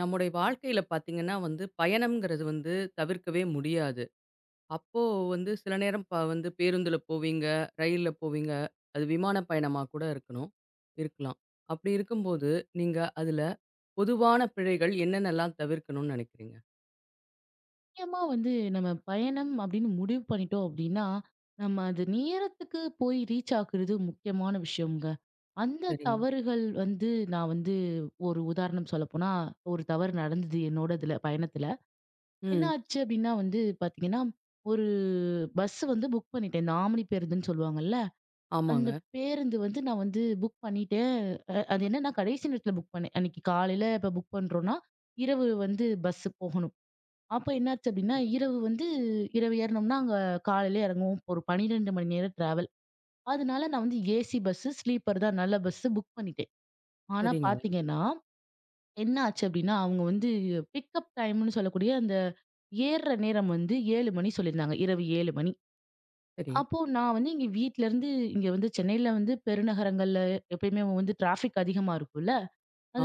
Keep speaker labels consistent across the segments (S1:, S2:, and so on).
S1: நம்முடைய வாழ்க்கையில பார்த்தீங்கன்னா வந்து பயணம்ங்கிறது வந்து தவிர்க்கவே முடியாது. அப்போ வந்து சில நேரம் வந்து பேருந்துல போவீங்க, ரயில்ல போவீங்க, அது விமான பயணமா கூட இருக்கணும் இருக்கலாம். அப்படி இருக்கும்போது, நீங்க அதுல பொதுவான பிழைகள் என்னென்னலாம் தவிர்க்கணும்னு நினைக்கிறீங்க?
S2: முக்கியமா வந்து நம்ம பயணம் அப்படின்னு முடிவு பண்ணிட்டோம் அப்படின்னா, நம்ம அது நேரத்துக்கு போய் ரீச் ஆகுறது முக்கியமான விஷயம்ங்க. அந்த
S1: சரிங்க.
S2: தவறுகள் வந்து நான் வந்து ஒரு உதாரணம் சொல்லப்போனா, ஒரு தவறு நடந்தது என்னோட இதுல பயணத்துல. என்ன
S1: ம்.
S2: ஆச்சு அப்படின்னா வந்து பாத்தீங்கன்னா, ஒரு பஸ் வந்து புக் பண்ணிட்டேன். இந்த ஆம்னி பேருந்துன்னு சொல்லுவாங்கல்ல,
S1: ஆமாங்க.
S2: அந்த பேருந்து வந்து நான் வந்து புக் பண்ணிட்டேன். அது என்னன்னா கடைசி நேரத்துல புக் பண்ணேன். அன்னைக்கு காலையில இப்ப புக் பண்றோம்னா, இரவு வந்து பஸ் போகணும். அப்ப என்னாச்சு அப்டின்னா,
S1: சரி.
S2: இரவு ஏறுனோம்னா, அங்க காலையில இறங்குவோம். ஒரு 12 மணி நேரம் டிராவல். அதனால நான் வந்து ஏசி பஸ்ஸு, ஸ்லீப்பர் தான் நல்ல பஸ்ஸு புக் பண்ணிட்டேன். ஆனா
S1: சரிங்க.
S2: பார்த்தீங்கன்னா, என்ன ஆச்சு அப்டின்னா, அவங்க வந்து பிக்கப் டைம்ன்னு சொல்லக்கூடிய அந்த ஏர்ற நேரம் வந்து 7 மணி சொல்லியிருந்தாங்க. இரவு 7 மணி.
S1: சரி.
S2: அப்போ நான் வந்து இங்க வீட்லருந்து இங்க வந்து சென்னையில வந்து பெருநகரங்கள்ல எப்பயுமே வந்து டிராஃபிக் அதிகமா இருக்கும்ல.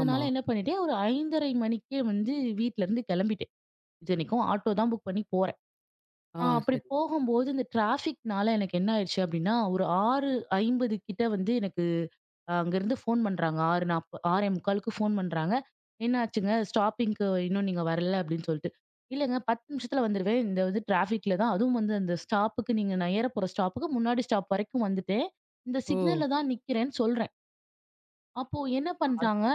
S1: ஆமா.
S2: என்ன பண்ணிட்டேன், ஒரு 5:30 மணிக்கே வந்து வீட்லருந்து கிளம்பிட்டேன். இத்தனைக்கும் ஆட்டோ தான் புக் பண்ணி போறேன்.
S1: ஆ
S2: அப்படி
S1: சரி.
S2: போகும்போது இந்த டிராஃபிக்னால எனக்கு என்ன ஆயிடுச்சு அப்படின்னா, ஒரு 6:50 கிட்ட வந்து எனக்கு அங்கேருந்து ஃபோன் பண்றாங்க. 6:40 6:45க்கு ஃபோன் பண்றாங்க. "என்ன ஆச்சுங்க? ஸ்டாப்பிங்க்கு இன்னும் நீங்க வரல" அப்படின்னு சொல்லிட்டு. "இல்லங்க 10 நிமிஷத்துல வந்துருவேன். இந்த வந்து டிராஃபிக்ல தான் அதுவும் வந்து அந்த ஸ்டாப்புக்கு நீங்க நான் ஏறப்போற ஸ்டாப்புக்கு முன்னாடி ஸ்டாப் வரைக்கும் வந்துட்டேன். இந்த
S1: ஓ!
S2: சிக்னல்ல தான் நிக்கிறேன்னு" சொல்றேன். அப்போ என்ன
S1: அச்
S2: பண்ட்டாங்க?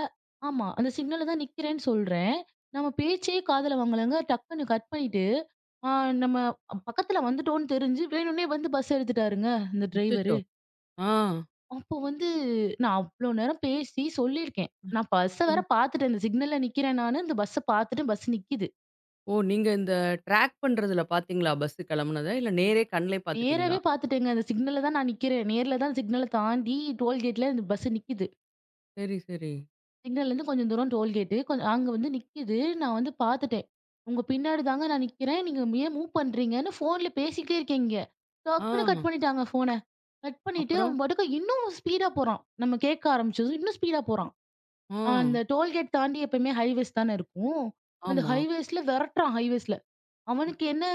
S2: ஆமா. அந்த சிக்னல்ல தான் நிக்கிறேன்னு சொல்றேன். நம்ம பேச்சே காதுல வாங்கலங்க. டக்குன்னு கட் பண்ணிட்டு, ஆ நம்ம பக்கத்துல வந்துட்டோம்ன்னு தெரிஞ்சு வேணும்னே வந்து பஸ் எடுத்துட்டாருங்க, இந்த
S1: அச்சச்சோ!
S2: டிரைவரு.
S1: ஆ.
S2: அப்போ வந்து நான் அவ்ளோ நேரம் பேசி சொல்லியிருக்கேன். நான் பஸ்ஸ வேற
S1: ம்.
S2: பார்த்துட்டேன். இந்த சிக்னல்ல நிக்கிறேன் நானு. இந்த பஸ்ஸ பார்த்துட்டு பஸ் நிக்கிது.
S1: ஓ! நீங்க இந்த ட்ராக் பண்றதுல பார்த்தீங்களா பஸ் கிளம்புனத? இல்ல நேரே கண்லே
S2: நேராவே
S1: பார்த்துட்டீங்களா?
S2: பார்த்துட்டேங்க. அந்த சிக்னல்ல தான் நான் நிக்கிறேன். நேர்ல தான் சிக்னல தாண்டி டோல்கேட்ல இந்த பஸ் நிக்கிது.
S1: சரி, சரி.
S2: சிக்னல்லேருந்து கொஞ்சம் தூரம் டோல்கேட்டு. கொஞ்சம் அங்க வந்து நிக்கிது. நான் வந்து பார்த்துட்டேன். உங்க பின்னாடி தாங்க நான் நிக்கிறேன். நீங்க ஏன் மூவ் பண்றீங்கன்னு ஃபோன்ல பேசிக்கிட்டே இருக்கீங்க.
S1: ஆ.
S2: டக்குன்னு கட் பண்ணிட்டாங்க ஃபோன. கட் பண்ணிட்டு
S1: அப்புறம்?
S2: அவன் பாட்டுக்கு இன்னும் ஸ்பீடா போறான். நம்ம கேட்க ஆரம்பிச்சதும் இன்னும் ஸ்பீடா போறான்.
S1: ஆ.
S2: அந்த டோல்கேட் தாண்டி எப்பயுமே ஹைவேஸ் தானே இருக்கும். அந்த
S1: ஆமா.
S2: ஹைவேஸ்ல விரட்டுறான் ஹைவேஸ்ல.
S1: ம்.
S2: அவனுக்கு என்ன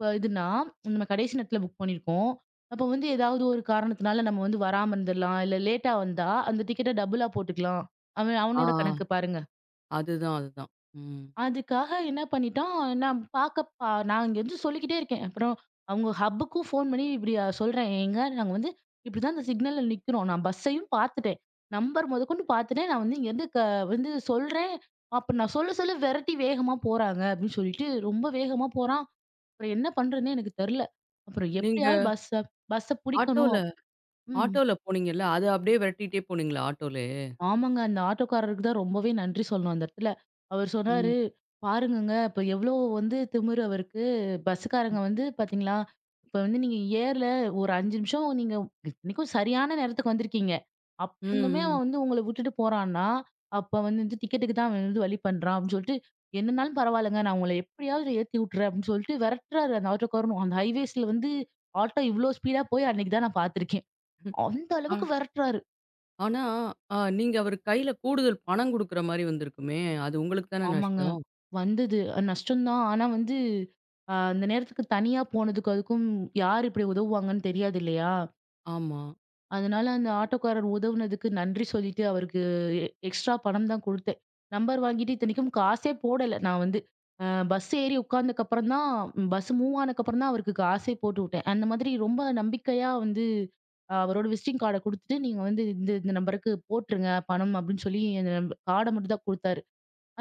S2: இதுன்னா, நம்ம கடைசி நேரத்துல புக் பண்ணியிருக்கோம். அப்போ வந்து ஏதாவது ஒரு காரணத்தினால நம்ம வந்து வராம இருந்துரலாம். இல்ல லேட்டா வந்தா அந்த டிக்கெட்ட டபுளா போட்டுக்கலாம். அவன்
S1: ஆ.
S2: அவனோட கணக்கு பாருங்க.
S1: அதுதான், அதுதான். ம்.
S2: அதுக்காக என்ன பண்ணிட்டோம், நான் பாக்க பா நான் இங்கருந்து சொல்லிக்கிட்டே இருக்கேன். அப்புறம் அவங்க ஹப்புக்கும் ஃபோன் பண்ணி இப்படி சொல்றேன். "ஏங்க நாங்க வந்து இப்படிதான் இந்த சிக்னல்ல நிக்கிறோம். நான் பஸ்ஸையும் பாத்துட்டேன். நம்பர் மொதக்கொண்டு பாத்துட்டேன். நான் வந்து இங்கருந்து வந்து சொல்றேன். அப்ப நான் சொல்ல சொல்ல விரட்டி வேகமா போறாங்க." அப்படின்னு சொல்லிட்டு ரொம்ப வேகமா போறான். அப்புறம் என்ன பண்றதுன்னே எனக்கு தெரியல. அப்புறம்
S1: நீங்க
S2: எப்படியாவது பஸ்ஸ பஸ்ஸ
S1: ஆட்டோல
S2: புடிக்கணும். ம்.
S1: ஆட்டோல போனீங்கல்ல, அத அப்படியே விரட்டிட்டே போனீங்களா ஆட்டோலயே?
S2: ஆமாங்க. அந்த ஆட்டோக்காரருக்கு தான் ரொம்பவே நன்றி சொல்லணும் அந்த இடத்துல. அவர்
S1: ம்.
S2: சொன்னாரு, "பாருங்கங்க, இப்ப எவ்ளோ வந்து திமிரு அவருக்கு.
S1: ம்.
S2: பஸ்ஸுக்காரங்க வந்து பாத்தீங்களா, இப்ப வந்து நீங்க ஏர்ல ஒரு 5 நிமிஷம் நீங்க இத்தனைக்கும் சரியான நேரத்துக்கு வந்திருக்கீங்க. அப்பருந்துமே
S1: ம்.
S2: அவன் வந்து உங்கள விட்டுட்டு போறான்னா, அப்ப வந்து டிக்கெட்டுக்கு தான் அவன் வந்து வழி பண்றான்." அப்படின்னு சொல்லிட்டு, "என்னனாலும் பரவாயில்லங்க, நான் உங்கள எப்படியாவது ஏத்தி விட்டுறேன்." அப்படின்னு சொல்லிட்டு விரட்டுறாரு அந்த ஆட்டோக்காரரும். அந்த ஹைவேஸ்ல வந்து ஆட்டோ இவ்ளோ ஸ்பீடா போய் அன்னைக்கு தான் நான் பாத்துருக்கேன்.
S1: ம்.
S2: அந்த
S1: ஆ
S2: அளவுக்கு விரட்டுறாரு.
S1: ஆனா, நீங்க அவரு கையில கூடுதல் பணம் குடுக்குற மாரி வந்திருக்குமே! அது உங்களுக்கு தானே
S2: ஆமாங்க.
S1: நஷ்டம்?
S2: வந்தது. நஷ்டம் தான். ஆனா வந்து, அந்த நேரத்துக்கு தனியா போனதுக்கு, அதுக்கும் யார் இப்படி உதவுவாங்கன்னு தெரியாது இல்லையா?
S1: ஆமா.
S2: அதனால அந்த ஆட்டோக்காரர் உதவுனதுக்கு நன்றி சொல்லிட்டு அவருக்கு எக்ஸ்ட்ரா பணம் தான் குடுத்தேன். நம்பர் வாங்கிட்டு இத்தனைக்கும் காசே போடல. நான் வந்து அ பஸ் ஏறி உட்கார்ந்ததுக்கப்புறம் தான் பஸ் மூவ் ஆனதுக்கப்புறம் தான் அவருக்கு காசே போட்டு விட்டேன். அந்த மாதிரி ரொம்ப நம்பிக்கையா வந்து அவரோட விசிட்டிங் கார்ட குடுத்துட்டு, "நீங்க வந்து இந்த இந்த நம்பருக்கு போட்டுருங்க பணம்" அப்படின்னு சொல்லி அந்த கார்ட மட்டும் தான் குடுத்தாரு.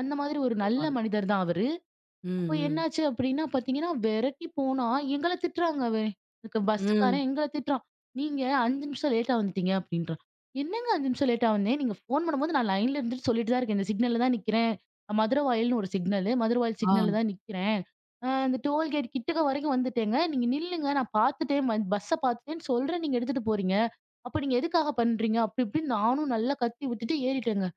S2: அந்த மாதிரி ஒரு நல்ல
S1: பரவால்ல.
S2: மனிதர் தான் அவரு.
S1: ம்.
S2: அப்போ
S1: ம்.
S2: என்னாச்சு அப்டின்னா பார்த்தீங்கன்னா, வெரட்டி போனா எங்கள திட்டுறாங்க அவன். எனக்கு
S1: ம்.
S2: பஸ்ஸுக்காரன் எங்கள திட்டுறான். "நீங்க 5 நிமிஷம் லேட்டா வந்துட்டீங்க" அப்டின்றான். "என்னங்க 5 நிமிஷம் லேட்டா வந்தேன்? நீங்க ஃபோன் பண்ணும்போது நான் லைன்ல இருந்துட்டு சொல்லிட்டு தான் இருக்கேன். இந்த சிக்னல்ல தான் நிக்கிறேன். மதுரவாயல்னு ஒரு சிக்னலு. மதுரவாயல் சிக்னல்ல
S1: ஆ.
S2: தான் நிக்கிறேன். இந்த டோல்கேட் கிட்டக்க வரைக்கும் வந்துட்டேங்க. நீங்க நில்லுங்க. நான் பார்த்துட்டேன். பஸ்ஸ பார்த்துட்டேன்னு சொல்றேன். நீங்க எடுத்துட்டு போறீங்க." அப்ப நீங்க எதுக்காக பண்றீங்க? அப்படி இப்படின்னு நானும் நல்லா கத்தி விட்டுட்டு ஏறிட்டேங்க.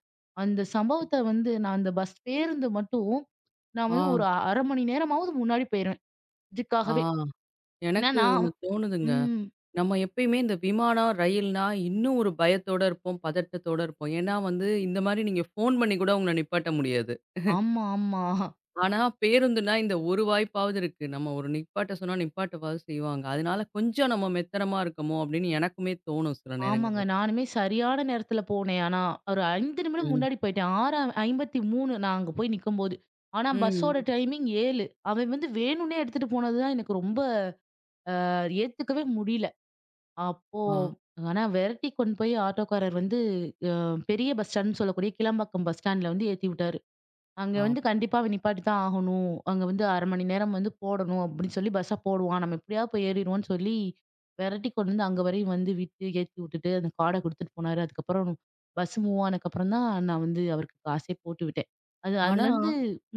S2: அந்த சம்பவத்த வந்து நான் அந்த பஸ் பேருந்து மட்டும் நான் வந்து ஒரு
S1: ஆ.
S2: 1/2 மணி நேரமாவது முன்னாடி போயிருவேன்.
S1: ஆ.
S2: இதுக்காகவே. ஏன்னா
S1: எனக்கு
S2: நான்
S1: ஒண்ணு தோணுதுங்க.
S2: ம்.
S1: நம்ம எப்பயுமே இந்த விமானம், ரயில்னா இன்னும் ஒரு பயத்தோட இருப்போம், பதட்டத்தோட இருப்போம். ஏன்னா வந்து இந்த மாரி நீங்க ஃபோன் பண்ணி கூட உங்கள நிப்பாட்ட முடியாது.
S2: ஆமா, ஆமா.
S1: ஆனா பேருந்துனா இந்த ஒரு வாய்ப்பாவது இருக்கு. நம்ம ஒரு நிப்பாட்ட சொன்னா நிப்பாட்டவாவது செய்வாங்க. அதனால கொஞ்சம் நம்ம மெத்தனமா இருக்கமோ! அப்பிடின்னு எனக்குமே தோணும் சில
S2: ஆமாங்க.
S1: நேரங்கள்ல.
S2: நானுமே சரியான நேரத்துல போனேன். ஆனா ஒரு 5 நிமிடம்
S1: ம்.
S2: முன்னாடி போயிட்டேன். 6:53 நான் அங்க போய் நிக்கும்போது. ஆனா பஸ்ஸோட
S1: ம்.
S2: டைமிங் 7. அவன் வந்து வேணும்னே எடுத்துட்டு போனது தான் எனக்கு ரொம்ப ஏத்துக்கவே முடியல. அப்போ
S1: ஆ,
S2: ஆனா விரட்டி கொண்டு போய் ஆட்டோக்காரர் வந்து அ பெரிய பஸ் ஸ்டாண்ட்ன்னு சொல்லக்கூடிய கிளம்பாக்கம் பஸ் ஸ்டாண்ட்ல வந்து ஏத்தி விட்டாரு. அங்க
S1: ஆ.
S2: வந்து கண்டிப்பா அவன் நிப்பாட்டி தான் ஆகணும். அங்க வந்து 1/2 மணி நேரம் வந்து போடணும் அப்படின்னு சொல்லி பஸ்ஸ போடுவான். நம்ம எப்படியாவது போய் ஏறிருவோம்ன்னு சொல்லி விரட்டி கொண்டு வந்து அங்க வரையும் வந்து விட்டு ஏத்தி விட்டுட்டு அந்த கார்ட குடுத்துட்டு போனாரு. அதுக்கப்புறம் பஸ் மூவ் ஆனதுக்கப்புறம் தான் நான் வந்து அவருக்கு காசே போட்டு விட்டேன். அது
S1: ஆனா
S2: அதுலருந்து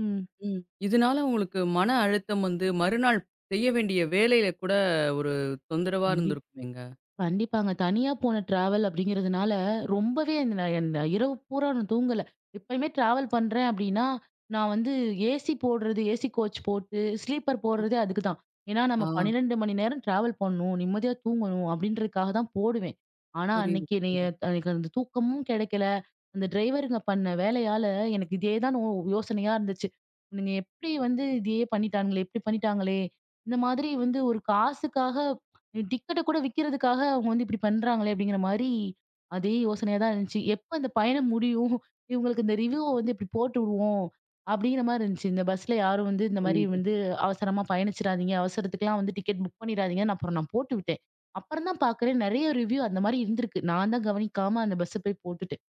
S2: ம்.
S1: ம். இதனால உங்களுக்கு மன அழுத்தம் வந்து மறுநாள் செய்ய வேண்டிய வேலையில கூட ஒரு தொந்தரவா
S2: கண்டிப்பா.
S1: இருந்திருக்குமேங்க.
S2: கண்டிப்பாங்க. தனியா போன ட்ராவல் அப்படிங்கிறதுனால, ரொம்பவே அந்த நான் அந்த இரவு பூரா நான் தூங்கல. எப்பயுமே ட்ராவல் பண்றேன் அப்படின்னா, நான் வந்து ஏசி போடுறது, ஏசி கோச் போட்டு, ஸ்லீப்பர் போடுறதே அதுக்கு தான். ஏன்னா, நம்ம
S1: ஆ
S2: 12 மணி நேரம் ட்ராவல் பண்ணணும், நிம்மதியா தூங்கணும் அப்படின்றதுக்காக தான் போடுவேன். ஆனா,
S1: புரியுது,
S2: அன்னைக்கு என்னைய
S1: புரியுது,
S2: எனக்கு அந்த தூக்கமும் கிடைக்கல. அந்த டிரைவருங்க பண்ண வேலையால எனக்கு இதே தான் யோசனையா இருந்துச்சு. "இவனுங்க எப்படி வந்து இதையே பண்ணிட்டானுங்களே, இப்படி பண்ணிட்டாங்களே!" இந்த மாதிரி வந்து ஒரு காசுக்காக டிக்கெட்ட கூட விக்கிறதுக்காக அவங்க வந்து இப்படி பண்றாங்களே! அப்படிங்கிற மாரி அதே யோசனையா தான் இருந்துச்சு. எப்ப இந்த பயணம் முடியும்? இவங்களுக்கு இந்த ரிவ்யூவ வந்து இப்படி போட்டு விடுவோம். அப்படிங்கிற மாரி இருந்துச்சு. இந்த பஸ்ல யாரும் வந்து இந்த மாரி
S1: புரியுது.
S2: வந்து அவசரமா பயணிச்சிராதீங்க. அவசரத்துக்குலாம் வந்து டிக்கெட் புக் பண்ணிடாதீங்கன்னு அப்புறம் நான் போட்டு விட்டேன். அப்புறம் தான் பார்க்குறேன் நெறைய ரிவ்யூ அந்த மாரி இருந்திருக்கு. நான் தான் கவனிக்காம அந்த பஸ்ஸ போய் போட்டுட்டேன்.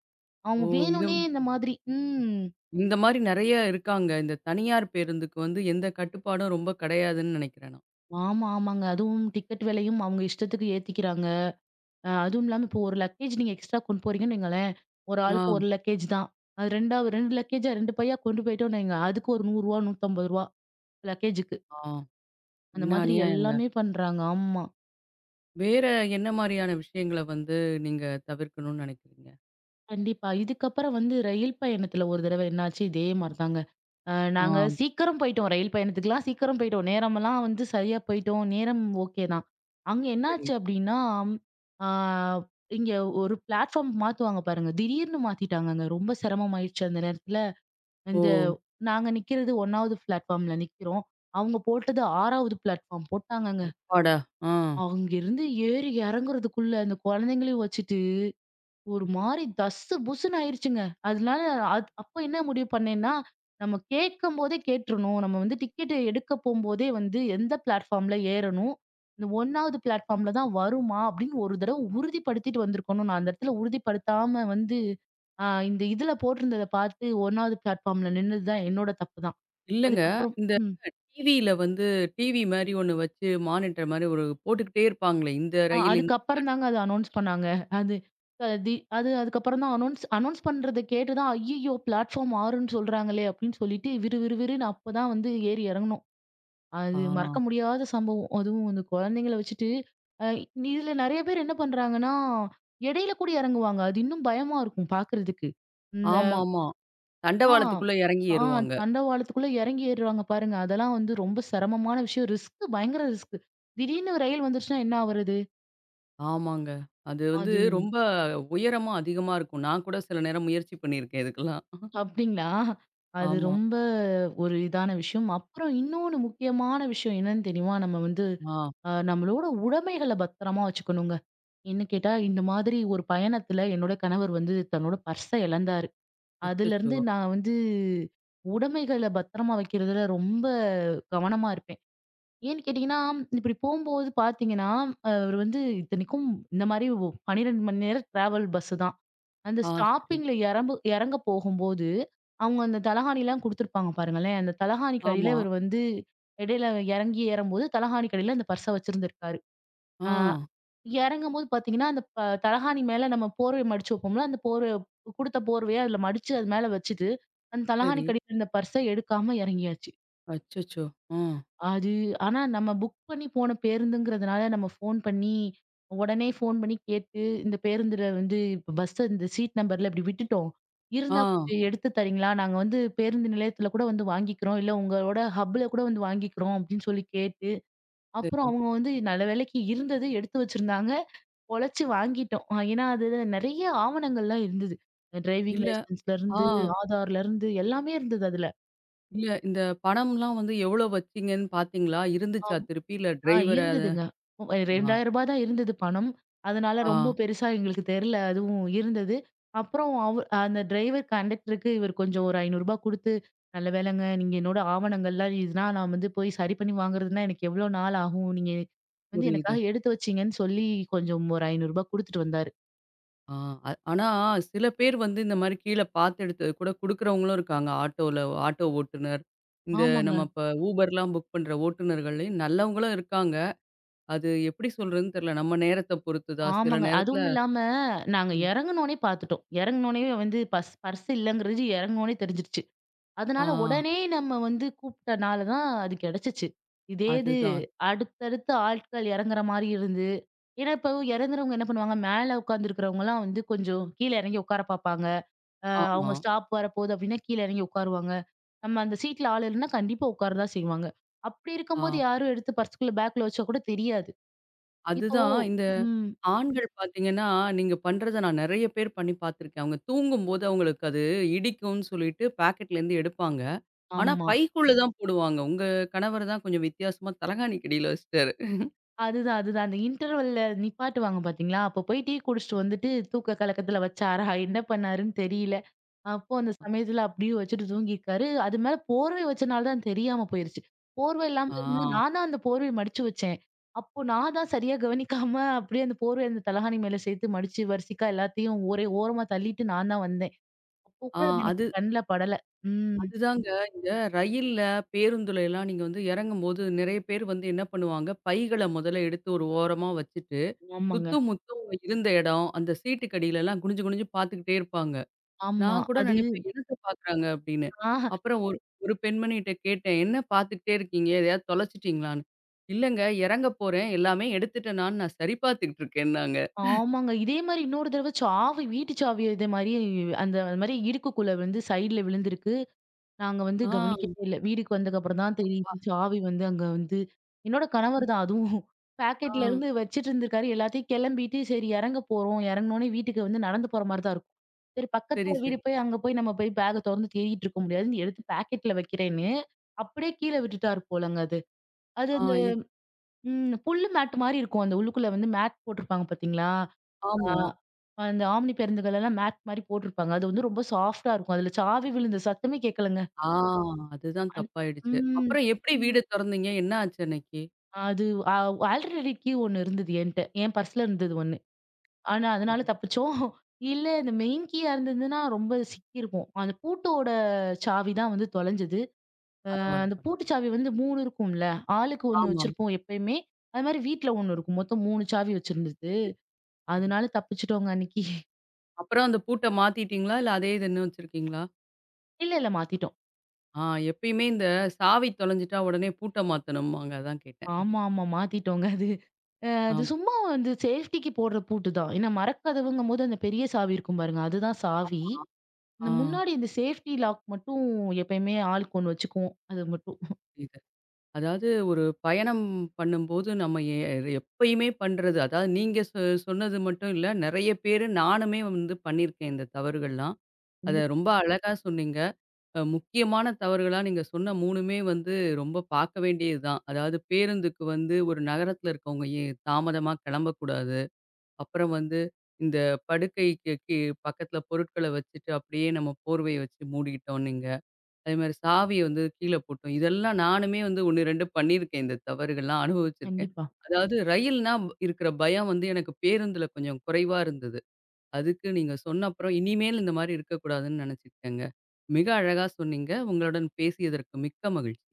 S1: ஓ!
S2: அவங்க
S1: இது
S2: வேணும்னே இந்த மாதிரி ம்.
S1: இந்த மாரி நெறைய இருக்காங்க. இந்த தனியார் பேருந்துக்கு வந்து எந்த கட்டுப்பாடும் ரொம்ப கிடையாதுன்னு நினைக்கிறேன் நான்.
S2: ஆமா, ஆமாங்க. அதுவும் டிக்கெட் விலையும் அவங்க இஷ்டத்துக்கு ஏத்திக்கிறாங்க. அதுவும் இல்லாம இப்போ ஒரு லக்கேஜ் நீங்க எக்ஸ்ட்ரா கொண்டு போறீங்கன்னு வைங்களேன், ஒரு
S1: ஆ,
S2: ஆளுக்கு ஒரு லக்கேஜ் தான். அது 2வது 2 லக்கேஜா 2 பையா கொண்டு போயிட்டோம்னு வைங்க, அதுக்கு ஒரு ரூ. 100 ரூ. 150 லக்கேஜுக்கு.
S1: ஆ.
S2: அந்த
S1: என்ன
S2: மாதிரி
S1: அநியாயங்க.
S2: எல்லாமே பண்றாங்க. ஆமா.
S1: வேற என்ன மாரியான விஷயங்கள வந்து நீங்க தவிர்க்கணும்னு நினைக்கிறீங்க?
S2: கண்டிப்பா. இதுக்கப்புறம் வந்து ரயில் பயணத்துல ஒரு தடவ என்னாச்சு இதே மாரி தாங்க.
S1: ஆ,
S2: நாங்க சீக்கிரம் போயிட்டோம். ரயில் பயணத்துக்குலாம் சீக்கிரம் போயிட்டோம். நேரமெல்லாம் வந்து சரியா போயிட்டோம். நேரம் ஓகே தான். அங்க
S1: சரி.
S2: என்னாச்சு அப்டின்னா, ஆ இங்க ஒரு பிளாட்ஃபார்ம் மாத்துவாங்க பாருங்க. திடீர்னு மாத்திட்டாங்கங்க. ரொம்ப சிரமமாயிருச்சு அந்த நேரத்துல.
S1: ஓ!
S2: இந்த நாங்க நிக்கிறது 1வது பிளாட்ஃபார்ம்ல நிக்கிறோம். அவங்க போட்டது 6வது பிளாட்ஃபார்ம் போட்டாங்கங்க.
S1: அப்பாடா! ஆ.
S2: அங்கிருந்து ஏறி இறங்குறதுக்குள்ள அந்த குழந்தைங்களையும் வச்சுட்டு, ஒரு மாரி தஸ்ஸு புஸ்ஸுன்னு ஆயிருச்சுங்க. அதனால அப்ப என்ன முடிவு பண்ணேன்னா, நம்ம கேட்கும்போதே கேட்டுறணும். நம்ம வந்து டிக்கெட் எடுக்க போம்போதே வந்து எந்த பிளாட்ஃபார்ம்ல ஏறணும். இந்த 1வது பிளாட்ஃபார்ம்ல தான் வருமா அப்படின்னு ஒரு தடவ உறுதிப்படுத்திட்டு வந்திருக்கணும். நான் அந்த இடத்துல உறுதிப்படுத்தாம வந்து, இந்த இதுல போட்டிருந்தத பார்த்து 1வது பிளாட்ஃபார்ம்ல நின்னது தான் என்னோட தப்பு தான்.
S1: இல்லங்க.
S2: அதுக்கப்புறம்
S1: இந்த
S2: ம்.
S1: டிவியில வந்து டிவி மாரி ஒண்ணு வச்சு மானிட்டர் மாரி ஒரு போட்டுக்கிட்டே இருப்பாங்களே. இந்த ரயில் இந்த
S2: அதுக்கப்புறம் தாங்க அது அனௌன்ஸ் பண்ணாங்க. அது தி அது அதுக்கப்புறம் தான் அனௌன்ஸ் அனௌன்ஸ் பண்றத கேட்டு தான், "ஐய்யய்யோ! பிளாட்ஃபார்ம் 6ன்னு சொல்றாங்களே!" அப்படின்னு சொல்லிட்டு விறு விறு விறுன்னு அப்பதான் வந்து ஏறி இறங்குனோம்.
S1: ஆ.
S2: அது மறக்க முடியாத சம்பவம். அதுவும் அந்த குழந்தைங்கள வச்சுட்டு, அ இதுல நெறைய பேர் என்ன பண்றாங்கன்னா, இடையில கூட இறங்குவாங்க. அது இன்னும் பயமா இருக்கும் பார்க்கறதுக்கு. இந்த
S1: ஆமாமா.
S2: ஆ,
S1: தண்டவாளத்துக்குள்ள இறங்கி
S2: ஆ
S1: ஏறுவாங்க.
S2: தண்டவாளத்துக்குள்ள இறங்கி ஏறுவாங்க பாருங்க. அதெல்லாம் வந்து ரொம்ப சிரமமான விஷயம். ரிஸ்க் பயங்கர ரிஸ்க். திடீர்னு ரயில் வந்துருச்சுன்னா என்ன ஆவுறது?
S1: ஆமாங்க. அது வந்து
S2: அது
S1: ரொம்ப உயரமா அதிகமா இருக்கும். நான் கூட சில நேரம் முயற்சி பண்ணியிருக்கேன் இதுக்கெல்லாம்.
S2: அப்டிங்களா? அது
S1: ஆமா.
S2: ரொம்ப ஒரு இதான விஷயம். அப்புறம் இன்னொன்னு முக்கியமான விஷயம் என்னன்னு தெரியுமா? நம்ம வந்து
S1: ஆ.
S2: நம்மளோட உடைமைகள பத்திரமா வச்சுக்கணுங்க. என்ன கேட்டா, இந்த மாதிரி ஒரு பயணத்துல என்னோட கணவர் வந்து தன்னோட பர்ஸ இழந்தாரு.
S1: அச்சச்சோ!
S2: அதுலருந்து நான் வந்து உடைமைகள பத்திரமா வைக்கிறதுல ரொம்ப கவனமா இருப்பேன். ஏன்னு கேட்டீங்கன்னா, இப்டி போம்போது பார்த்தீங்கன்னா, அவரு வந்து இத்தனைக்கும் இந்த மாரி 12 மணி நேரம் டிராவல் பஸ் தான். அந்த
S1: ஆ சரி.
S2: ஸ்டாப்பிங்ல எறம்பு எறங்க போகும்போது, அவங்க அந்த தலகாணிலாம் குடுத்துருப்பாங்க பாருங்களேன். அந்த தலகாணிக்கு அடியில
S1: ஆமா.
S2: இவரு வந்து இடையில எறங்கி ஏறும்போது தலகாணிக்கு அடியில அந்த பர்ஸ வச்சிருந்திருக்காரு.
S1: ஆ
S2: ஆ எறங்கும்போது பாத்தீங்கன்னா, அந்த தலகாணி மேல நம்ம போர்வை மடிச்சு வைப்போம்ல, அந்த போர்வ குடுத்த போர்வைய அதுல மடிச்சு அது மேல வச்சுட்டு, அந்த
S1: சரி.
S2: தலகாணிக்கு அடியில இருந்த பர்ஸ எடுக்காம எறங்கியாச்சு.
S1: அச்சச்சோ! ஆ.
S2: அது ஆனா நம்ம புக் பண்ணி போன பேருந்துங்கிறதுனால நம்ம ஃபோன் பண்ணி, உடனே ஃபோன் பண்ணி கேட்டு, இந்த பேருந்துல வந்து இப்ப பஸ் இந்த சீட் நம்பர்ல இப்படி விட்டுட்டோம்.
S1: ஆ
S2: இருந்தா கொஞ்சம் எடுத்து தரீங்களா? நாங்க வந்து பேருந்து நிலையத்துல கூட வந்து வாங்கிக்கிறோம். இல்ல உங்களோட ஹப்ல கூட வந்து வாங்கிக்கிறோம் அப்படின்னு சொல்லி கேட்டு, அப்புறம்
S1: சரி.
S2: அவங்க வந்து நல்ல வேளைக்கு இருந்தது எடுத்து வச்சிருந்தாங்க. பொழச்சு வாங்கிட்டோம். ஏன்னா அதுல நெறைய ஆவணங்கள்லாம் இருந்தது. டிரைவிங்
S1: இல்ல
S2: லைசென்ஸ்ல
S1: ஆ
S2: இருந்து, ஆதார்ல இருந்து எல்லாமே இருந்தது அதுல.
S1: இல்ல இந்த பணம்லாம் வந்து எவ்வளோ வச்சீங்கன்னு பார்த்தீங்களா? இருந்துச்சா திருப்பி? இல்ல
S2: ஆ
S1: டிரைவர அத
S2: இருந்ததுங்க. ரூ.
S1: ஆ
S2: 2000 தான் இருந்தது பணம். அதனால
S1: ஆ
S2: ரொம்ப பெருசா எங்களுக்கு தெரியல. அதுவும் இருந்தது. அப்புறம் அந்த டிரைவர் கண்டக்டருக்கு இவர் கொஞ்சம் ஒரு ரூ. 500 குடுத்து, நல்ல வேளைங்க நீங்க என்னோட ஆவணங்கள்லாம் இதுனா நான் வந்து போய் சரி பண்ணி வாங்குறதுன்னா எனக்கு எவ்வளோ நாள் ஆகும்? நீங்க வந்து
S1: புரியுது.
S2: எனக்காக எடுத்து வச்சீங்கன்னு சொல்லி கொஞ்சம் ஒரு ரூ. 500 குடுத்துட்டு வந்தாரு.
S1: ஆ ஆனா சில பேர் வந்து இந்த மாரி கீழ பார்த்து எடுத்தது கூட குடுக்குறவங்களும் இருக்காங்க. ஆட்டோல ஆட்டோ ஓட்டுநர். இந்த
S2: ஆமாங்க,
S1: நம்ம இப்ப Uberலாம் புக் பண்ற ஓட்டுநர்கள்லயும் நல்லவங்களும் இருக்காங்க. அது எப்படி சொல்றதுன்னு தெரியல. நம்ம நேரத்த பொறுத்துதா? சில
S2: ஆமாங்க.
S1: நேரத்துல
S2: அதுவும் இல்லாம நாங்க
S1: ம்.
S2: இறங்குனோனே பார்த்துட்டோம். இறங்குனோனே வந்து பஸ் பர்ஸ் இல்லங்கிறது இறங்குனோனே தெரிஞ்சிருச்சு.
S1: ஆ.
S2: அதனால உடனே நம்ம வந்து கூப்பிட்டனால தான் அது கிடைச்சுச்சு. இதே இது
S1: அதுதான்.
S2: அடுத்தடுத்து ஆட்கள் இறங்குற மாரி இருந்து ஏன்னா, இப்போ இறங்குறவங்க என்ன பண்ணுவாங்க, மேல உட்காந்துருக்கிறவங்கலாம் வந்து கொஞ்சம் கீழ இறங்கி உட்கார பார்ப்பாங்க. அ
S1: ஆமா.
S2: அவங்க ஸ்டாப் வரப்போகுது அப்படின்னா, கீழ இறங்கி உட்காருவாங்க. நம்ம அந்த சீட்ல ஆள் இல்லன்னா கண்டிப்பா உட்கார தான் செய்வாங்க. அப்படி
S1: ஆ
S2: இருக்கும்போது யாரும் எடுத்து பர்ஸ்க்குள்ள பேக்ல வச்சா கூட தெரியாது. இப்போ
S1: அதுதான் இந்த
S2: ம்.
S1: ஆண்கள் பார்த்தீங்கன்னா, நீங்க பண்றத நான் நெறைய பேர் பண்ணி பார்த்துருக்கேன். அவங்க தூங்கும்போது அவங்களுக்கு அது இடிக்கும்னு சொல்லிட்டு பாக்கெட்லேருந்து எடுப்பாங்க. ஆனா
S2: ஆமா.
S1: பைக்குள்ள தான் போடுவாங்க. உங்க கணவர் தான் கொஞ்சம் வித்தியாசமா தலகாணிக்கு அடியில வச்சுட்டாரு.
S2: அதுதான், அதுதான். அந்த இன்டர்வல்ல நிப்பாட்டுவாங்க பார்த்தீங்களா? அப்ப போய் டீ குடிச்சுட்டு வந்துட்டு தூக்க கலக்கத்துல வச்சாரா என்ன பண்ணாருன்னு தெரியல. அப்போ அந்த சமயத்துல அப்படியே வச்சுட்டு தூங்கியிருக்காரு. அது மேல போர்வை வச்சனால தான் தெரியாம போயிருச்சு. போர்வை இல்லாம இருந்து
S1: ஆ.
S2: நான் தான் அந்த போர்வைய மடிச்சு வச்சேன். அப்போ நான் தான் சரியா கவனிக்காம அப்படியே அந்த போர்வைய அந்த தலகாணி மேல சேர்த்து மடிச்சு வரிசைக்கா எல்லாத்தையும் ஒரே ஓரமா தள்ளிட்டு நான் தான் வந்தேன். அப்போ
S1: ஆ
S2: கூட அது எனக்கு
S1: அது
S2: கண்ல படல. ம்.
S1: அதுதாங்க இந்த ரயில்ல, பேருந்துல எல்லாம் நீங்க வந்து இறங்கும்போது நெறைய பேர் வந்து என்ன பண்ணுவாங்க, பைகள முதல்ல எடுத்து ஒரு ஓரமா வச்சுட்டு,
S2: ஆமாங்க.
S1: சுத்தும் முத்தும் இருந்த இடம், அந்த சீட்டுக்கு அடியிலலாம் குனிஞ்சு குனிஞ்சு பார்த்துக்கிட்டே இருப்பாங்க.
S2: ஆமா.
S1: நான் கூட
S2: அது
S1: நினைப்பேன் "எதுக்கு பார்க்குறாங்க?" அப்படின்னு.
S2: ஆஹ
S1: அப்புறம் ஒரு ஒரு பெண்மணிட்ட கேட்டேன், "என்ன பார்த்துக்கிட்டே இருக்கீங்க? எதையாவது தொலைச்சுட்டீங்களான்னு?" "இல்லங்க, இறங்க போறேன். எல்லாமே எடுத்துட்டனான்னு நான் சரி பார்த்துக்கிட்டு இருக்கேன்னாங்க."
S2: ஆமாங்க. இதே மாரி இன்னொரு தடவ சாவி வீட்டு சாவி இதே மாரி அந்த அது மாரி இடுக்குக்குள்ள வந்து சைடுல விழுந்திருக்கு. நாங்க வந்து
S1: ஆ
S2: கவனிக்கவே இல்ல. வீட்டுக்கு வந்ததுக்கப்புறம் தான்
S1: அப்பா!
S2: தெரியுது சாவி வந்து அங்க வந்து என்னோட
S1: ம்.
S2: கணவர் தான் அதுவும்.
S1: ஆ
S2: பாக்கெட்ல ம். இருந்து வச்சுட்டு இருந்திருக்காரு. எல்லாத்தையும் கிளம்பிட்டு சரி இறங்க போறோம். இறங்குனோனே வீட்டுக்கு வந்து நடந்து போற மாரி தான் இருக்கும். சரி
S1: சரி,
S2: பக்கத்துல வீடு
S1: சரி.
S2: போய் அங்க போய் நம்ம போய் பேக்க தொறந்து தேடிட்டு இருக்க முடியாதுன்னு எடுத்து பாக்கெட்ல வைக்கிறேன்னு, அப்படியே கீழ விட்டுட்டாரு போலங்க அது. அது
S1: ஆ
S2: அந்த
S1: இது
S2: ம். ம் புல்லு மேட் மாரி இருக்கும். அந்த உள்ளுக்குள்ள வந்து மேட் போட்டிருப்பாங்க பார்த்தீங்களா? ஆ
S1: ஆமா.
S2: அந்த ஆம்னி பேருந்துகள்லாம் மேட் மாரி போட்டிருப்பாங்க. அது வந்து ரொம்ப சாஃப்ட்டா இருக்கும். அதுல சாவி விழுந்த சத்தமே கேட்கலங்க.
S1: ஆ அதுதான்
S2: அந்
S1: தப்பாயிடுச்சு.
S2: ம்.
S1: அப்புறம் எப்படி வீடு தொறந்தீங்க? என்ன ஆச்சு அன்னைக்கு?
S2: அது அ ஆல்டர்னேட் கீ ஒண்ணு இருந்தது என்ட்ட. என் பர்ஸ்ல இருந்தது ஒண்ணு. ஆனா, அதனால
S1: சரி.
S2: தப்பிச்சோம். இல்ல இந்த மெயின் கீயா இருந்ததுன்னா, ரொம்ப சிக்கியிருப்போம். அந்த பூட்டோட சாவி தான் வந்து தொலைஞ்சது.
S1: பரவால்ல,
S2: அந்த
S1: பரவால்ல.
S2: பூட்டு சாவி வந்து 3 இருக்கும்ல. ஆளுக்கு ஒண்ணு
S1: ஆமா.
S2: வச்சிருப்போம் எப்பயுமே. அது மாரி வீட்ல ஒண்ணு இருக்கும். மொத்தம் 3 சாவி வச்சிருந்தது.
S1: சரி.
S2: அதனால தப்பிச்சுட்டோங்க அன்னைக்கு.
S1: அப்புறம் அந்த பூட்ட மாத்திட்டீங்களா? இல்ல அதே இது இன்னும் வச்சிருக்கீங்களா?
S2: இல்ல, இல்ல மாத்திட்டோம்.
S1: ஆ எப்பயுமே இந்த சாவி தொலைஞ்சுட்டா உடனே பூட்ட மாத்தணும்பாங்க. அதான் கேட்டேன்.
S2: ஆமா, ஆமா மாத்திட்டோங்க அது.
S1: ஆ
S2: அது சும்மா வந்து சேஃப்டிக்கு போடுற பூட்டு தான். ஏன்னா மரக்கதவுங்கும்போது அந்த பெரிய சாவி இருக்கும் பாருங்க. அதுதான் சாவி.
S1: ஆமா. ஆ
S2: இந்த முன்னாடி இந்த சேஃப்டி லாக் மட்டும் எப்பயுமே ஆளுக்கு ஒண்ணு வச்சுக்குவோம். அது மட்டும்.
S1: புரியுது. அதாவது ஒரு பயணம் பண்ணும்போது நம்ம எப்பயுமே பண்றது. அதாவது நீங்க சொன்னது மட்டும் இல்ல. நெறைய பேரு நானுமே வந்து பண்ணியிருக்கேன் இந்த தவறுகள்லாம். அத
S2: கண்டிப்பா,
S1: ரொம்ப அழகா சொன்னீங்க. முக்கியமான தவறுகளா நீங்க சொன்ன 3மே வந்து ரொம்ப பார்க்க வேண்டியது தான். அதாவது பேருந்துக்கு வந்து ஒரு நகரத்தில இருக்கவங்க தாமதமா கிளம்பக்கூடாது. அப்புறம் வந்து இந்த படுக்கைக்கு பக்கத்தில பொருட்கள வச்சுட்டு அப்படியே நம்ம போர்வைய வச்சு மூடிட்டோம் நீங்க. அதேமாரி சாவிய வந்து கீழ போட்டோம். இதெல்லாம் நானுமே வந்து 1, 2 பண்ணியிருக்கேன். இந்த தவறுகள்லாம் அனுபவிச்சிருக்கேன்.
S2: கண்டிப்பா.
S1: அதாவது ரயில்னா இருக்கிற பயம் வந்து எனக்கு பேருந்துல கொஞ்சம் குறைவா இருந்தது. அதுக்கு நீங்க சொன்ன அப்புறம் இனிமேல் இந்த மாரி இருக்கக்கூடாதுன்னு நெனச்சுக்கிட்டேங்க. மிக அழகா சொன்னீங்க. உங்களுடன் பேசியதற்கு மிக்க மகிழ்ச்சி.